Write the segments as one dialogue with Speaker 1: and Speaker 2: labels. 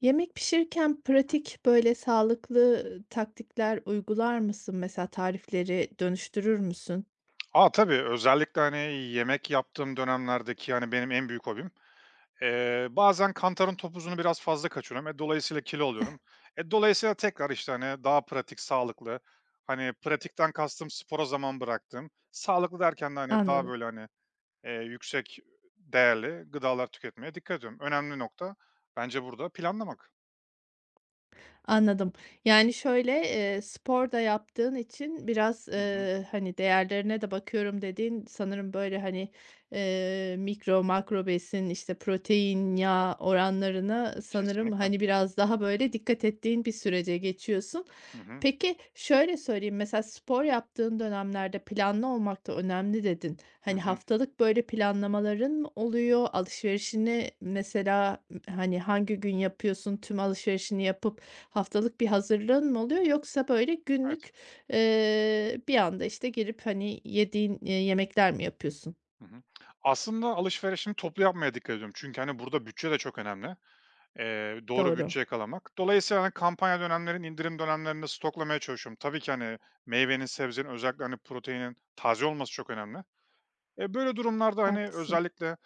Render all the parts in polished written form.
Speaker 1: Yemek pişirirken pratik, böyle, sağlıklı taktikler uygular mısın? Mesela tarifleri dönüştürür müsün?
Speaker 2: A, tabii. Özellikle, hani, yemek yaptığım dönemlerdeki hani, benim en büyük hobim, bazen kantarın topuzunu biraz fazla kaçırıyorum. E, dolayısıyla kilo alıyorum. E, dolayısıyla tekrar, işte, hani, daha pratik, sağlıklı, hani, pratikten kastım spora zaman bıraktım. Sağlıklı derken de, hani, daha
Speaker 1: Anladım.
Speaker 2: böyle, hani, yüksek değerli gıdalar tüketmeye dikkat ediyorum. Önemli nokta bence burada planlamak.
Speaker 1: Anladım. Yani, şöyle, spor da yaptığın için biraz,
Speaker 2: Hı hı.
Speaker 1: hani, değerlerine de bakıyorum dediğin sanırım, böyle, hani, mikro, makro besin, işte, protein, yağ oranlarına sanırım,
Speaker 2: Kesinlikle.
Speaker 1: hani, biraz daha, böyle, dikkat ettiğin bir sürece geçiyorsun.
Speaker 2: Hı hı.
Speaker 1: Peki, şöyle söyleyeyim, mesela spor yaptığın dönemlerde planlı olmak da önemli dedin.
Speaker 2: Hı
Speaker 1: Hani,
Speaker 2: hı.
Speaker 1: haftalık, böyle, planlamaların mı oluyor? Alışverişini mesela hani, hangi gün yapıyorsun? Tüm alışverişini yapıp haftalık bir hazırlığın mı oluyor yoksa, böyle, günlük,
Speaker 2: Evet.
Speaker 1: bir anda, işte, girip, hani, yediğin, yemekler mi yapıyorsun?
Speaker 2: Hı hı. Aslında alışverişimi toplu yapmaya dikkat ediyorum. Çünkü, hani, burada bütçe de çok önemli. Doğru
Speaker 1: Doğru,
Speaker 2: bütçe yakalamak. Dolayısıyla, hani, kampanya dönemlerinin indirim dönemlerinde stoklamaya çalışıyorum. Tabii ki, hani, meyvenin, sebzenin özellikle, hani, proteinin taze olması çok önemli. E, böyle durumlarda, hani,
Speaker 1: haklısın.
Speaker 2: özellikle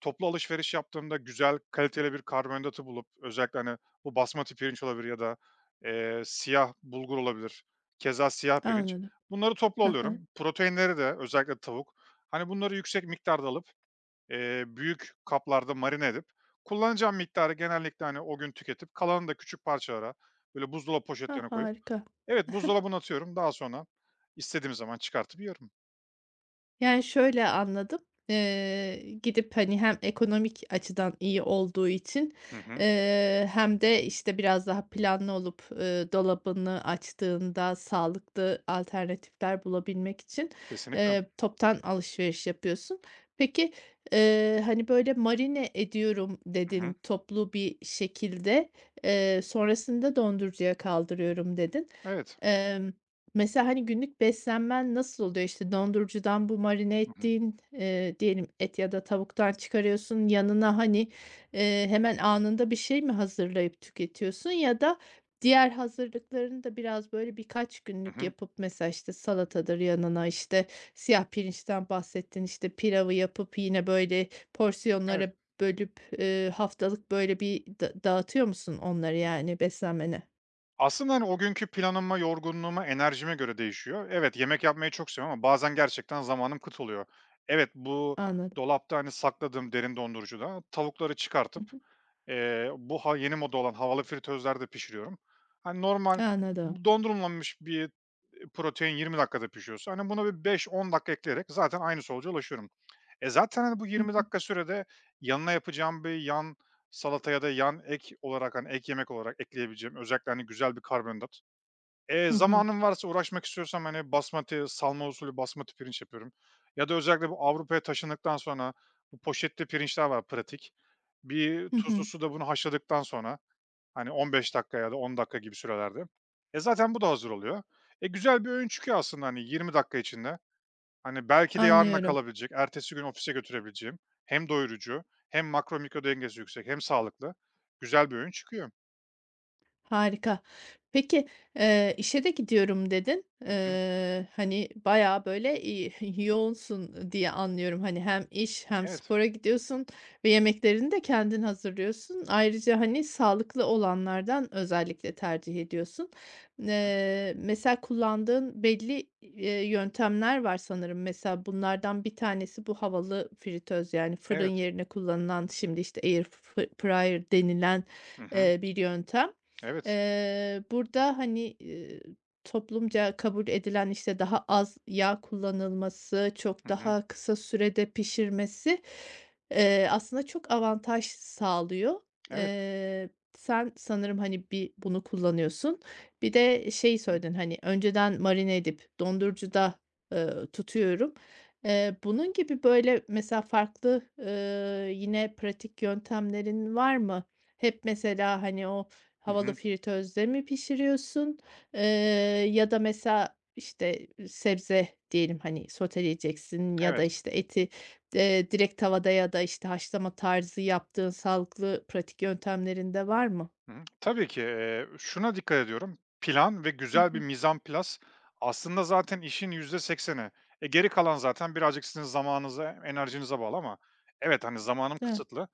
Speaker 2: toplu alışveriş yaptığımda güzel, kaliteli bir karbonhidratı bulup özellikle, hani, bu basmati pirinç olabilir ya da, siyah bulgur olabilir, keza siyah pirinç.
Speaker 1: Anladım.
Speaker 2: Bunları toplu
Speaker 1: Hı.
Speaker 2: alıyorum. Proteinleri de özellikle tavuk, hani, bunları yüksek miktarda alıp büyük kaplarda marine edip kullanacağım miktarı genellikle, hani, o gün tüketip kalanını da küçük parçalara, böyle, buzdolabı
Speaker 1: Ah,
Speaker 2: poşetlerine koyup
Speaker 1: harika.
Speaker 2: evet, buzdolabına atıyorum. Daha sonra istediğim zaman çıkartıp yiyorum.
Speaker 1: Yani, şöyle anladım. Gidip, hani, hem ekonomik açıdan iyi olduğu için,
Speaker 2: Hı hı.
Speaker 1: hem de, işte, biraz daha planlı olup, dolabını açtığında sağlıklı alternatifler bulabilmek için,
Speaker 2: Kesinlikle.
Speaker 1: toptan alışveriş yapıyorsun. Peki, hani, böyle, "Marine ediyorum."
Speaker 2: Hı hı.
Speaker 1: dedin toplu bir şekilde. Sonrasında "Dondurucuya kaldırıyorum." dedin.
Speaker 2: Evet.
Speaker 1: Mesela, hani, günlük beslenmen nasıl oluyor? İşte, dondurucudan bu marine
Speaker 2: Hı hı.
Speaker 1: ettiğin, diyelim et ya da tavuktan çıkarıyorsun. Yanına, hani, hemen anında bir şey mi hazırlayıp tüketiyorsun ya da diğer hazırlıklarını da biraz, böyle, birkaç
Speaker 2: Hı
Speaker 1: günlük
Speaker 2: hı.
Speaker 1: yapıp mesela, işte, salatadır yanına, işte, siyah pirinçten bahsettin, işte, pilavı yapıp yine, böyle,
Speaker 2: Evet.
Speaker 1: porsiyonlara bölüp, haftalık, böyle, bir da dağıtıyor musun onları, yani, beslenmene?
Speaker 2: Aslında, hani, o günkü planıma, yorgunluğuma, enerjime göre değişiyor. Evet, yemek yapmayı çok seviyorum ama bazen gerçekten zamanım kıt oluyor. Evet, bu
Speaker 1: Anladım.
Speaker 2: dolapta, hani, sakladığım derin dondurucuda tavukları
Speaker 1: Hı
Speaker 2: çıkartıp
Speaker 1: hı.
Speaker 2: Bu ha yeni moda olan havalı fritözlerde pişiriyorum. Hani, normal
Speaker 1: Anladım.
Speaker 2: dondurulmamış bir protein 20 dakikada pişiyorsa, hani, buna bir 5-10 dakika ekleyerek zaten aynı sonuca ulaşıyorum. E, zaten, hani, bu
Speaker 1: Hı
Speaker 2: 20
Speaker 1: hı.
Speaker 2: dakika sürede yanına yapacağım bir yan salata ya da yan ek olarak, hani, ek yemek olarak ekleyebileceğim özellikle, hani, güzel bir karbonhidrat
Speaker 1: Hı hı.
Speaker 2: zamanım varsa uğraşmak istiyorsam, hani, basmati, salma usulü basmati pirinç yapıyorum ya da özellikle bu Avrupa'ya taşındıktan sonra bu poşetli pirinçler var pratik. Bir
Speaker 1: Hı
Speaker 2: tuzlu
Speaker 1: hı.
Speaker 2: suda bunu haşladıktan sonra, hani, 15 dakika ya da 10 dakika gibi sürelerde, e, zaten bu da hazır oluyor. E, güzel bir öğün çıkıyor aslında, hani, 20 dakika içinde. Hani, belki de yarına
Speaker 1: Anlıyorum.
Speaker 2: kalabilecek, ertesi gün ofise götürebileceğim, hem doyurucu hem makro mikro dengesi yüksek hem sağlıklı güzel bir öğün çıkıyor.
Speaker 1: Harika. Peki, "İşe de gidiyorum." dedin.
Speaker 2: Hı hı.
Speaker 1: Hani, bayağı, böyle, yoğunsun diye anlıyorum. Hani, hem iş hem
Speaker 2: Evet,
Speaker 1: spora gidiyorsun ve yemeklerini de kendin hazırlıyorsun. Ayrıca, hani, sağlıklı olanlardan özellikle tercih ediyorsun. Mesela kullandığın belli, yöntemler var sanırım. Mesela bunlardan bir tanesi bu havalı fritöz, yani,
Speaker 2: evet.
Speaker 1: fırın yerine kullanılan, şimdi, işte, air fryer denilen,
Speaker 2: Hı hı.
Speaker 1: bir yöntem.
Speaker 2: Evet.
Speaker 1: Burada, hani, toplumca kabul edilen, işte, daha az yağ kullanılması, çok
Speaker 2: Hı hı.
Speaker 1: daha kısa sürede pişirmesi, aslında çok avantaj sağlıyor.
Speaker 2: Evet.
Speaker 1: Eee, Sen sanırım, hani, bir bunu kullanıyorsun. Bir de şey
Speaker 2: Hı hı.
Speaker 1: söyledin, hani, önceden marine edip dondurucuda, tutuyorum. Bunun gibi, böyle, mesela farklı, yine pratik yöntemlerin var mı? Hep mesela, hani, o havalı
Speaker 2: Hı.
Speaker 1: fritözde mi pişiriyorsun? Eee, Ya da mesela, işte, sebze diyelim, hani, soteleyeceksin ya da,
Speaker 2: Evet.
Speaker 1: işte, eti, direkt tavada ya da, işte, haşlama tarzı yaptığın sağlıklı pratik yöntemlerinde var mı?
Speaker 2: Hı hı. Tabii ki, şuna dikkat ediyorum, plan ve
Speaker 1: Hı
Speaker 2: güzel bir
Speaker 1: hı.
Speaker 2: mizanplaz aslında zaten işin %80'i. E, geri kalan zaten birazcık sizin zamanınıza, enerjinize bağlı ama evet, hani, zamanım
Speaker 1: Evet.
Speaker 2: kısıtlı.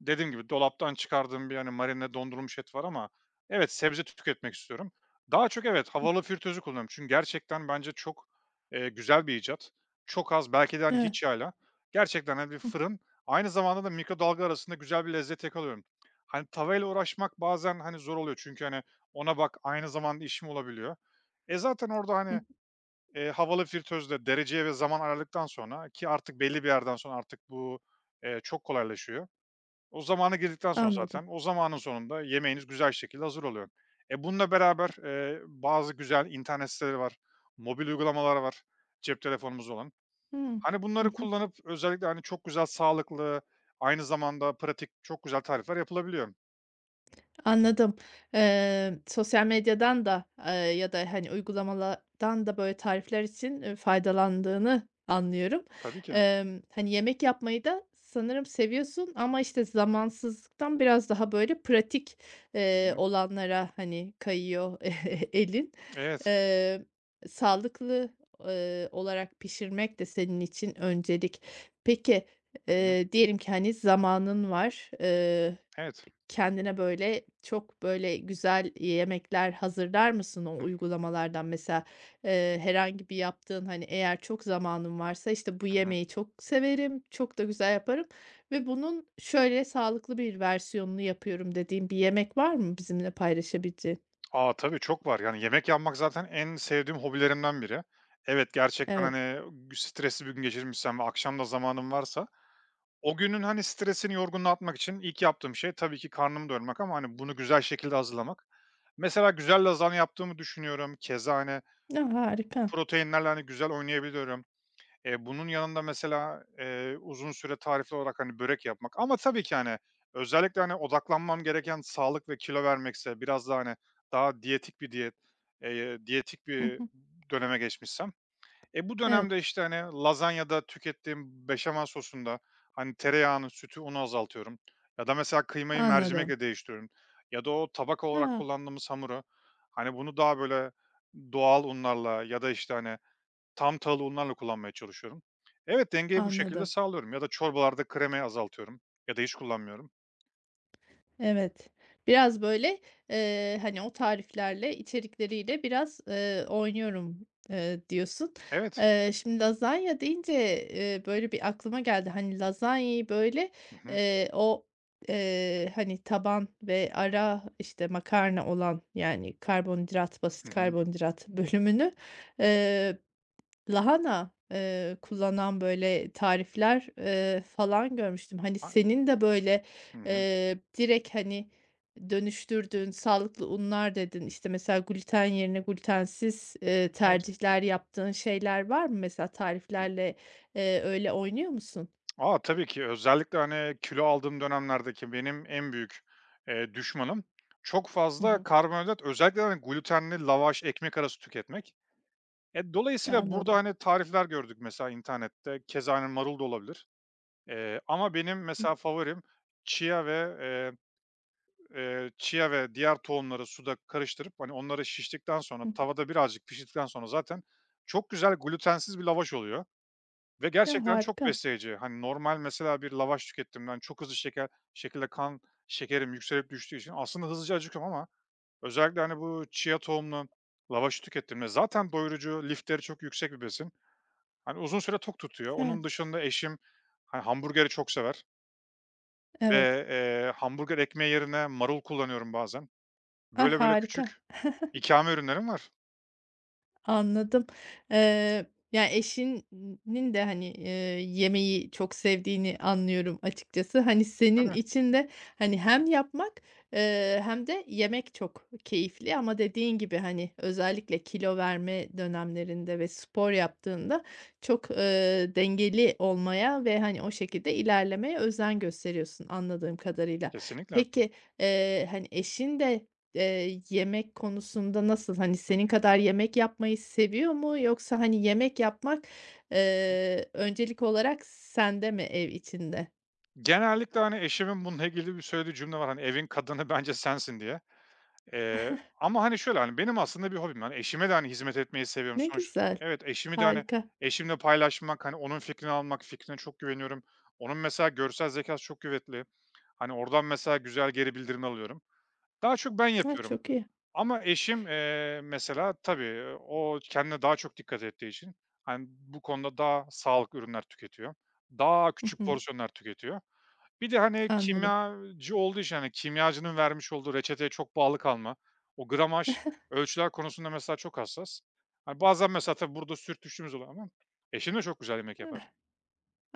Speaker 2: Dediğim gibi dolaptan çıkardığım bir, hani, marine dondurulmuş et var ama evet, sebze tüketmek istiyorum. Daha çok evet,
Speaker 1: Hı.
Speaker 2: havalı fritözü kullanıyorum. Çünkü gerçekten bence çok, güzel bir icat. Çok az, belki de, hani,
Speaker 1: Evet.
Speaker 2: hiç yağla. Gerçekten, hani, bir
Speaker 1: Hı hı.
Speaker 2: fırın, aynı zamanda da mikrodalga arasında güzel bir lezzet yakalıyorum. Hani, tavayla uğraşmak bazen, hani, zor oluyor çünkü, hani, ona bak, aynı zamanda işim olabiliyor. E, zaten orada,
Speaker 1: Hı hı.
Speaker 2: hani, havalı fritözle dereceye ve zaman ayarladıktan sonra ki artık belli bir yerden sonra artık bu, çok kolaylaşıyor. O zamana girdikten sonra
Speaker 1: Anladım.
Speaker 2: zaten, o zamanın sonunda yemeğiniz güzel şekilde hazır oluyor. E, bununla beraber, bazı güzel internet siteleri var, mobil uygulamalar var cep telefonumuzda olan.
Speaker 1: Hımm.
Speaker 2: Hani,
Speaker 1: Hı
Speaker 2: bunları
Speaker 1: hı.
Speaker 2: kullanıp özellikle, hani, çok güzel sağlıklı, aynı zamanda pratik çok güzel tarifler yapılabiliyor.
Speaker 1: Anladım. Sosyal medyadan da, ya da, hani, uygulamalardan da böyle tarifler için, faydalandığını anlıyorum.
Speaker 2: Tabii ki.
Speaker 1: Hani, yemek yapmayı da sanırım seviyorsun ama, işte, zamansızlıktan biraz daha böyle pratik,
Speaker 2: Hı hı.
Speaker 1: olanlara, hani, kayıyor elin.
Speaker 2: Evet.
Speaker 1: Eee, Sağlıklı, olarak pişirmek de senin için öncelik. Peki,
Speaker 2: Hı hı.
Speaker 1: diyelim ki, hani, zamanın var,
Speaker 2: Evet.
Speaker 1: kendine, böyle, çok, böyle, güzel yemekler hazırlar mısın o uygulamalardan? Mesela, herhangi bir yaptığın, hani, eğer çok zamanın varsa, işte, bu
Speaker 2: Hı hı.
Speaker 1: yemeği çok severim, çok da güzel yaparım ve bunun şöyle sağlıklı bir versiyonunu yapıyorum dediğin bir yemek var mı bizimle paylaşabileceğin?
Speaker 2: A, tabii çok var. Yani, yemek yapmak zaten en sevdiğim hobilerimden biri. Evet, gerçekten,
Speaker 1: Evet.
Speaker 2: hani, stresli bir gün geçirmişsem ve akşam da zamanım varsa o günün, hani, stresini, yorgunluğunu atmak için ilk yaptığım şey tabii ki karnımı doyurmak ama, hani, bunu güzel şekilde hazırlamak. Mesela güzel lazanya yaptığımı düşünüyorum. Keza, hani,
Speaker 1: A, harika.
Speaker 2: proteinlerle, hani, güzel oynayabiliyorum. Bunun yanında mesela, uzun süre tarifli olarak, hani, börek yapmak ama tabii ki, hani, özellikle, hani, odaklanmam gereken sağlık ve kilo vermekse, biraz daha hani, daha diyetik bir diyet, diyetik
Speaker 1: Hı
Speaker 2: bir
Speaker 1: hı.
Speaker 2: döneme geçmişsem e, bu
Speaker 1: Evet,
Speaker 2: dönemde, işte, hani, lazanyada tükettiğim beşamel sosunda, hani, tereyağını, sütü, unu azaltıyorum ya da mesela kıymayı
Speaker 1: anladım.
Speaker 2: mercimekle değiştiriyorum ya da o tabak olarak
Speaker 1: Ha,
Speaker 2: kullandığımız hamuru, hani, bunu daha böyle doğal unlarla ya da, işte, hani, tam tahıllı unlarla kullanmaya çalışıyorum. Evet, dengeyi bu şekilde
Speaker 1: anladım.
Speaker 2: sağlıyorum ya da çorbalarda kremayı azaltıyorum ya da hiç kullanmıyorum.
Speaker 1: Evet. Biraz böyle, hani, o tariflerle, içerikleriyle biraz, oynuyorum, diyorsun.
Speaker 2: Evet.
Speaker 1: Şimdi lazanya deyince, böyle bir aklıma geldi. Hani, lazanyayı böyle,
Speaker 2: Hı hı.
Speaker 1: eee, o, hani, taban ve ara, işte, makarna olan, yani, karbonhidrat, basit
Speaker 2: Hı hı.
Speaker 1: karbonhidrat bölümünü, eee, lahana, kullanan, böyle, tarifler, falan görmüştüm. Hani,
Speaker 2: A.
Speaker 1: senin de, böyle,
Speaker 2: Hı hı.
Speaker 1: direkt, hani, dönüştürdüğün sağlıklı unlar dedin. İşte, mesela gluten yerine glutensiz,
Speaker 2: Evet.
Speaker 1: tercihler yaptığın şeyler var mı? Mesela tariflerle, öyle oynuyor musun?
Speaker 2: A, tabii ki. Özellikle, hani, kilo aldığım dönemlerdeki benim en büyük, düşmanım çok
Speaker 1: Hı
Speaker 2: fazla
Speaker 1: hı.
Speaker 2: karbonhidrat, özellikle, hani, glutenli lavaş, ekmek arası tüketmek. E, dolayısıyla burada,
Speaker 1: Anladım.
Speaker 2: hani, tarifler gördük mesela internette. Keza, hani, marul da olabilir. Ama benim
Speaker 1: Hı
Speaker 2: mesela favorim chia ve, eee, chia ve diğer tohumları suda karıştırıp, hani, onları şiştikten sonra,
Speaker 1: hı.
Speaker 2: tavada birazcık pişirdikten sonra zaten çok güzel glutensiz bir lavaş oluyor. Ve
Speaker 1: Ya,
Speaker 2: gerçekten çok
Speaker 1: harika.
Speaker 2: besleyici. Hani, normal mesela bir lavaş tükettiğimden çok hızlı şekilde kan şekerim yükselip düştüğü için aslında hızlıca acıkıyorum ama özellikle, hani, bu chia tohumlu lavaşı tükettiğimde zaten doyurucu, lifleri çok yüksek bir besin. Hani, uzun süre tok tutuyor.
Speaker 1: Evet,
Speaker 2: Onun dışında eşim, hani, hamburgeri çok sever ve,
Speaker 1: evet.
Speaker 2: hamburger ekmeği yerine marul kullanıyorum bazen.
Speaker 1: Ah,
Speaker 2: Böyle böyle
Speaker 1: harika.
Speaker 2: küçük ikame ürünlerim var.
Speaker 1: Anladım. Eee, Ya, eşinin de, hani, yemeği çok sevdiğini anlıyorum açıkçası. Hani, senin
Speaker 2: Tabii,
Speaker 1: için de, hani, hem yapmak, hem de yemek çok keyifli ama dediğin gibi, hani, özellikle kilo verme dönemlerinde ve spor yaptığında çok, dengeli olmaya ve, hani, o şekilde ilerlemeye özen gösteriyorsun anladığım kadarıyla.
Speaker 2: kesinlikle.
Speaker 1: Peki, hani, eşin de yemek konusunda nasıl? Hani,
Speaker 2: Hı.
Speaker 1: senin kadar yemek yapmayı seviyor mu yoksa, hani, yemek yapmak, öncelik olarak sende mi ev içinde?
Speaker 2: Genellikle, hani, eşimin bununla ilgili bir söylediği cümle var, hani, "Evin kadını bence sensin." diye. Ama, hani, şöyle, hani, benim aslında bir hobim. Hani, eşime de, hani, hizmet etmeyi seviyorum
Speaker 1: Ne
Speaker 2: sonuç
Speaker 1: güzel,
Speaker 2: evet, eşimi de, hani,
Speaker 1: harika.
Speaker 2: eşimle paylaşmak, hani, onun fikrini almak, fikrine çok güveniyorum. Onun mesela görsel zekası çok kuvvetli. Hani, oradan mesela güzel geri bildirim alıyorum. Daha çok ben
Speaker 1: A,
Speaker 2: yapıyorum
Speaker 1: çok iyi.
Speaker 2: ama eşim, mesela tabii o kendine daha çok dikkat ettiği için, hani, bu konuda daha sağlıklı ürünler tüketiyor. Daha
Speaker 1: Hı
Speaker 2: küçük
Speaker 1: hı,
Speaker 2: porsiyonlar tüketiyor. Bir de, hani,
Speaker 1: anladım.
Speaker 2: kimyacı olduğu için, hani, kimyacının vermiş olduğu reçeteye çok bağlı kalma, o gramaj, ölçüler konusunda mesela çok hassas. Hani, bazen mesela tabii burada sürtüştüğümüz oluyor ama eşim de çok güzel yemek yapar.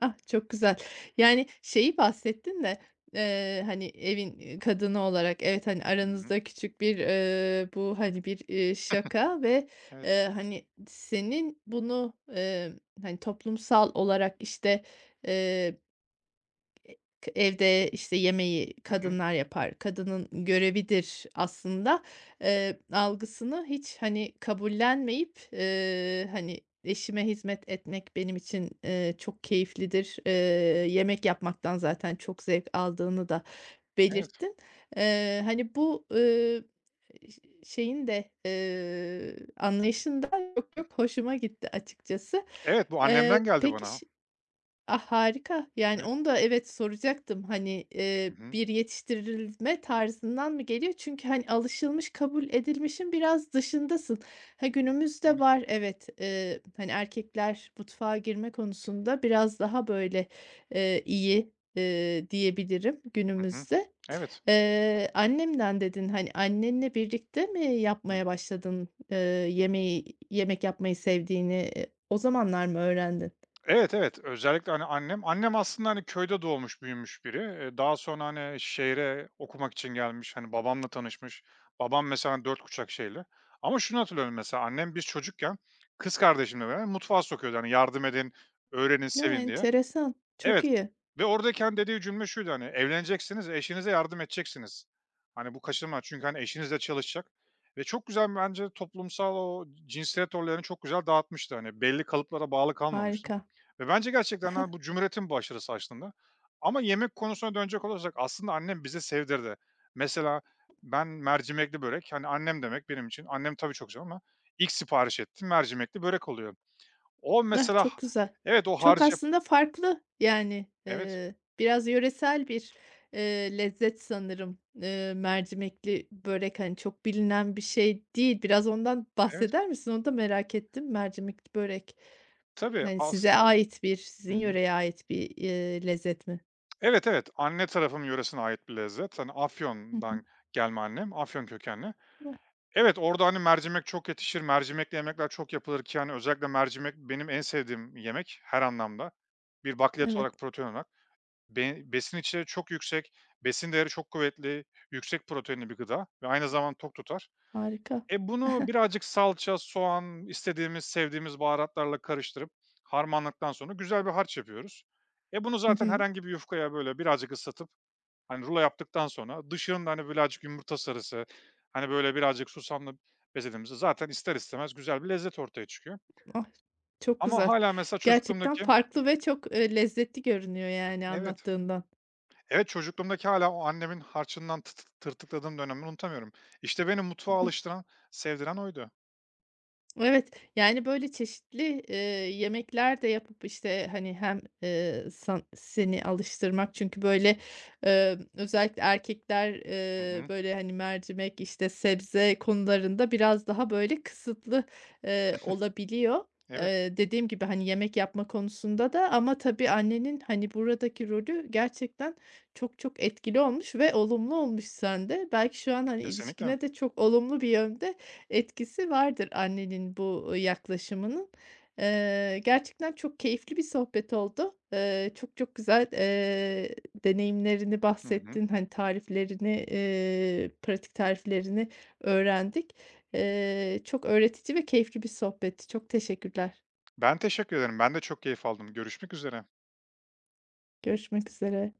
Speaker 1: Ah, çok güzel. Yani, şeyi bahsettin de, hani, evin, kadını olarak evet, hani,
Speaker 2: Hı hı.
Speaker 1: aranızda küçük bir, bu, hani, bir, şaka ve,
Speaker 2: Evet.
Speaker 1: hani, senin bunu, hani, toplumsal olarak, işte, eee K evde, işte, yemeği
Speaker 2: Hı hı.
Speaker 1: kadınlar yapar, kadının görevidir aslında, algısını hiç, hani, kabullenmeyip, hani, eşime hizmet etmek benim için, çok keyiflidir. Yemek yapmaktan zaten çok zevk aldığını da
Speaker 2: Evet.
Speaker 1: belirttin. Hani, bu, ş şeyin de, anlayışın yok çok hoşuma gitti açıkçası.
Speaker 2: Evet, bu annemden geldi
Speaker 1: Peki,
Speaker 2: bana.
Speaker 1: ah, harika. Yani,
Speaker 2: Evet.
Speaker 1: onu da evet, soracaktım. Hani,
Speaker 2: Hı hı.
Speaker 1: bir yetiştirilme tarzından mı geliyor? Çünkü, hani, alışılmış, kabul edilmişin biraz dışındasın. Ha, günümüzde
Speaker 2: Evet.
Speaker 1: var evet, hani, erkekler mutfağa girme konusunda biraz daha, böyle, iyi, diyebilirim
Speaker 2: Hı hı.
Speaker 1: günümüzde.
Speaker 2: Evet.
Speaker 1: Annemden dedin. Hani, annenle birlikte mi yapmaya başladın, yemeği yemek yapmayı sevdiğini? O zamanlar mı öğrendin?
Speaker 2: Evet, evet. Özellikle, hani, annem aslında, hani, köyde doğmuş, büyümüş biri. Daha sonra, hani, şehre okumak için gelmiş, hani, babamla tanışmış. Babam mesela dört kuşak şeyli ama şunu hatırlıyorum mesela annem biz çocukken kız kardeşimle beraber mutfağa sokuyordu, hani, yardım edin, öğrenin,
Speaker 1: Ya,
Speaker 2: sevin diye.
Speaker 1: enteresan. Çok
Speaker 2: Evet
Speaker 1: iyi.
Speaker 2: ve oradaki, hani, dediği cümle şuydu, hani, evleneceksiniz, eşinize yardım edeceksiniz. Hani, bu kaçınılmaz çünkü, hani, eşiniz de çalışacak ve çok güzel bence toplumsal o cinsiyet rollerini çok güzel dağıtmıştı. Hani, belli kalıplara bağlı kalmamıştı
Speaker 1: Harika.
Speaker 2: ve bence gerçekten, hani, bu cumhuriyetin başarısı aslında ama yemek konusuna dönecek olursak aslında annem bize sevdirdi. Mesela ben mercimekli börek, hani, annem demek benim için, annem tabii çok sever ama ilk sipariş ettiğim mercimekli börek oluyor. O
Speaker 1: Ah,
Speaker 2: mesela
Speaker 1: çok güzel.
Speaker 2: evet, o
Speaker 1: Çok
Speaker 2: harcı
Speaker 1: aslında farklı, yani,
Speaker 2: evet,
Speaker 1: biraz yöresel bir, lezzet sanırım, mercimekli börek, hani, çok bilinen bir şey değil. Biraz ondan
Speaker 2: evet.
Speaker 1: bahseder misin? Onu da merak ettim. Mercimekli börek,
Speaker 2: Tabii,
Speaker 1: hani,
Speaker 2: as
Speaker 1: size ait bir,
Speaker 2: Hı
Speaker 1: sizin
Speaker 2: hı.
Speaker 1: yöreye ait bir, lezzet mi?
Speaker 2: Evet, evet. Anne tarafım yöresine ait bir lezzet. Hani,
Speaker 1: Hı hı.
Speaker 2: Afyon'dan gelme annem, Afyon kökenli.
Speaker 1: Ah,
Speaker 2: Evet, orada, hani, mercimek çok yetişir, mercimekli yemekler çok yapılır ki, hani, özellikle mercimek benim en sevdiğim yemek her anlamda. Bir bakliyat olarak,
Speaker 1: evet,
Speaker 2: protein olarak. Besin içeriği çok yüksek, besin değeri çok kuvvetli, yüksek proteinli bir gıda ve aynı zamanda tok tutar.
Speaker 1: harika.
Speaker 2: E, bunu birazcık salça, soğan, istediğimiz, sevdiğimiz baharatlarla karıştırıp harmanladıktan sonra güzel bir harç yapıyoruz. E, bunu
Speaker 1: Hı
Speaker 2: zaten
Speaker 1: hı.
Speaker 2: herhangi bir yufkaya böyle birazcık ıslatıp, hani, rulo yaptıktan sonra dışının hani, birazcık yumurta sarısı, hani, böyle birazcık susamlı bezediğimizde zaten ister istemez güzel bir lezzet ortaya çıkıyor.
Speaker 1: Ah, çok
Speaker 2: Ama
Speaker 1: güzel.
Speaker 2: hala mesela
Speaker 1: Gerçekten
Speaker 2: çocukluğumdaki
Speaker 1: farklı ve çok, lezzetli görünüyor, yani,
Speaker 2: evet.
Speaker 1: anlattığından.
Speaker 2: Evet, çocukluğumdaki hala o annemin harçından tı tı tırtıkladığım dönemi unutamıyorum. İşte, beni mutfağa alıştıran, sevdiren oydu.
Speaker 1: Evet, yani, böyle, çeşitli, yemekler de yapıp, işte, hani, hem, san seni alıştırmak çünkü, böyle, özellikle erkekler,
Speaker 2: Hı hı.
Speaker 1: böyle, hani, mercimek, işte, sebze konularında biraz daha, böyle, kısıtlı, olabiliyor.
Speaker 2: Evet,
Speaker 1: Dediğim gibi, hani, yemek yapma konusunda da ama tabii annenin, hani, buradaki rolü gerçekten çok çok etkili olmuş ve olumlu olmuş sende. Belki şu an, hani,
Speaker 2: kesinlikle.
Speaker 1: ilişkine de çok olumlu bir yönde etkisi vardır annenin bu yaklaşımının. Gerçekten çok keyifli bir sohbet oldu. Çok çok güzel, deneyimlerini
Speaker 2: Hı hı.
Speaker 1: bahsettin. Hani, tariflerini, pratik tariflerini öğrendik. Çok öğretici ve keyifli bir sohbetti. Çok teşekkürler.
Speaker 2: Ben teşekkür ederim. Ben de çok keyif aldım. Görüşmek üzere.
Speaker 1: Görüşmek üzere.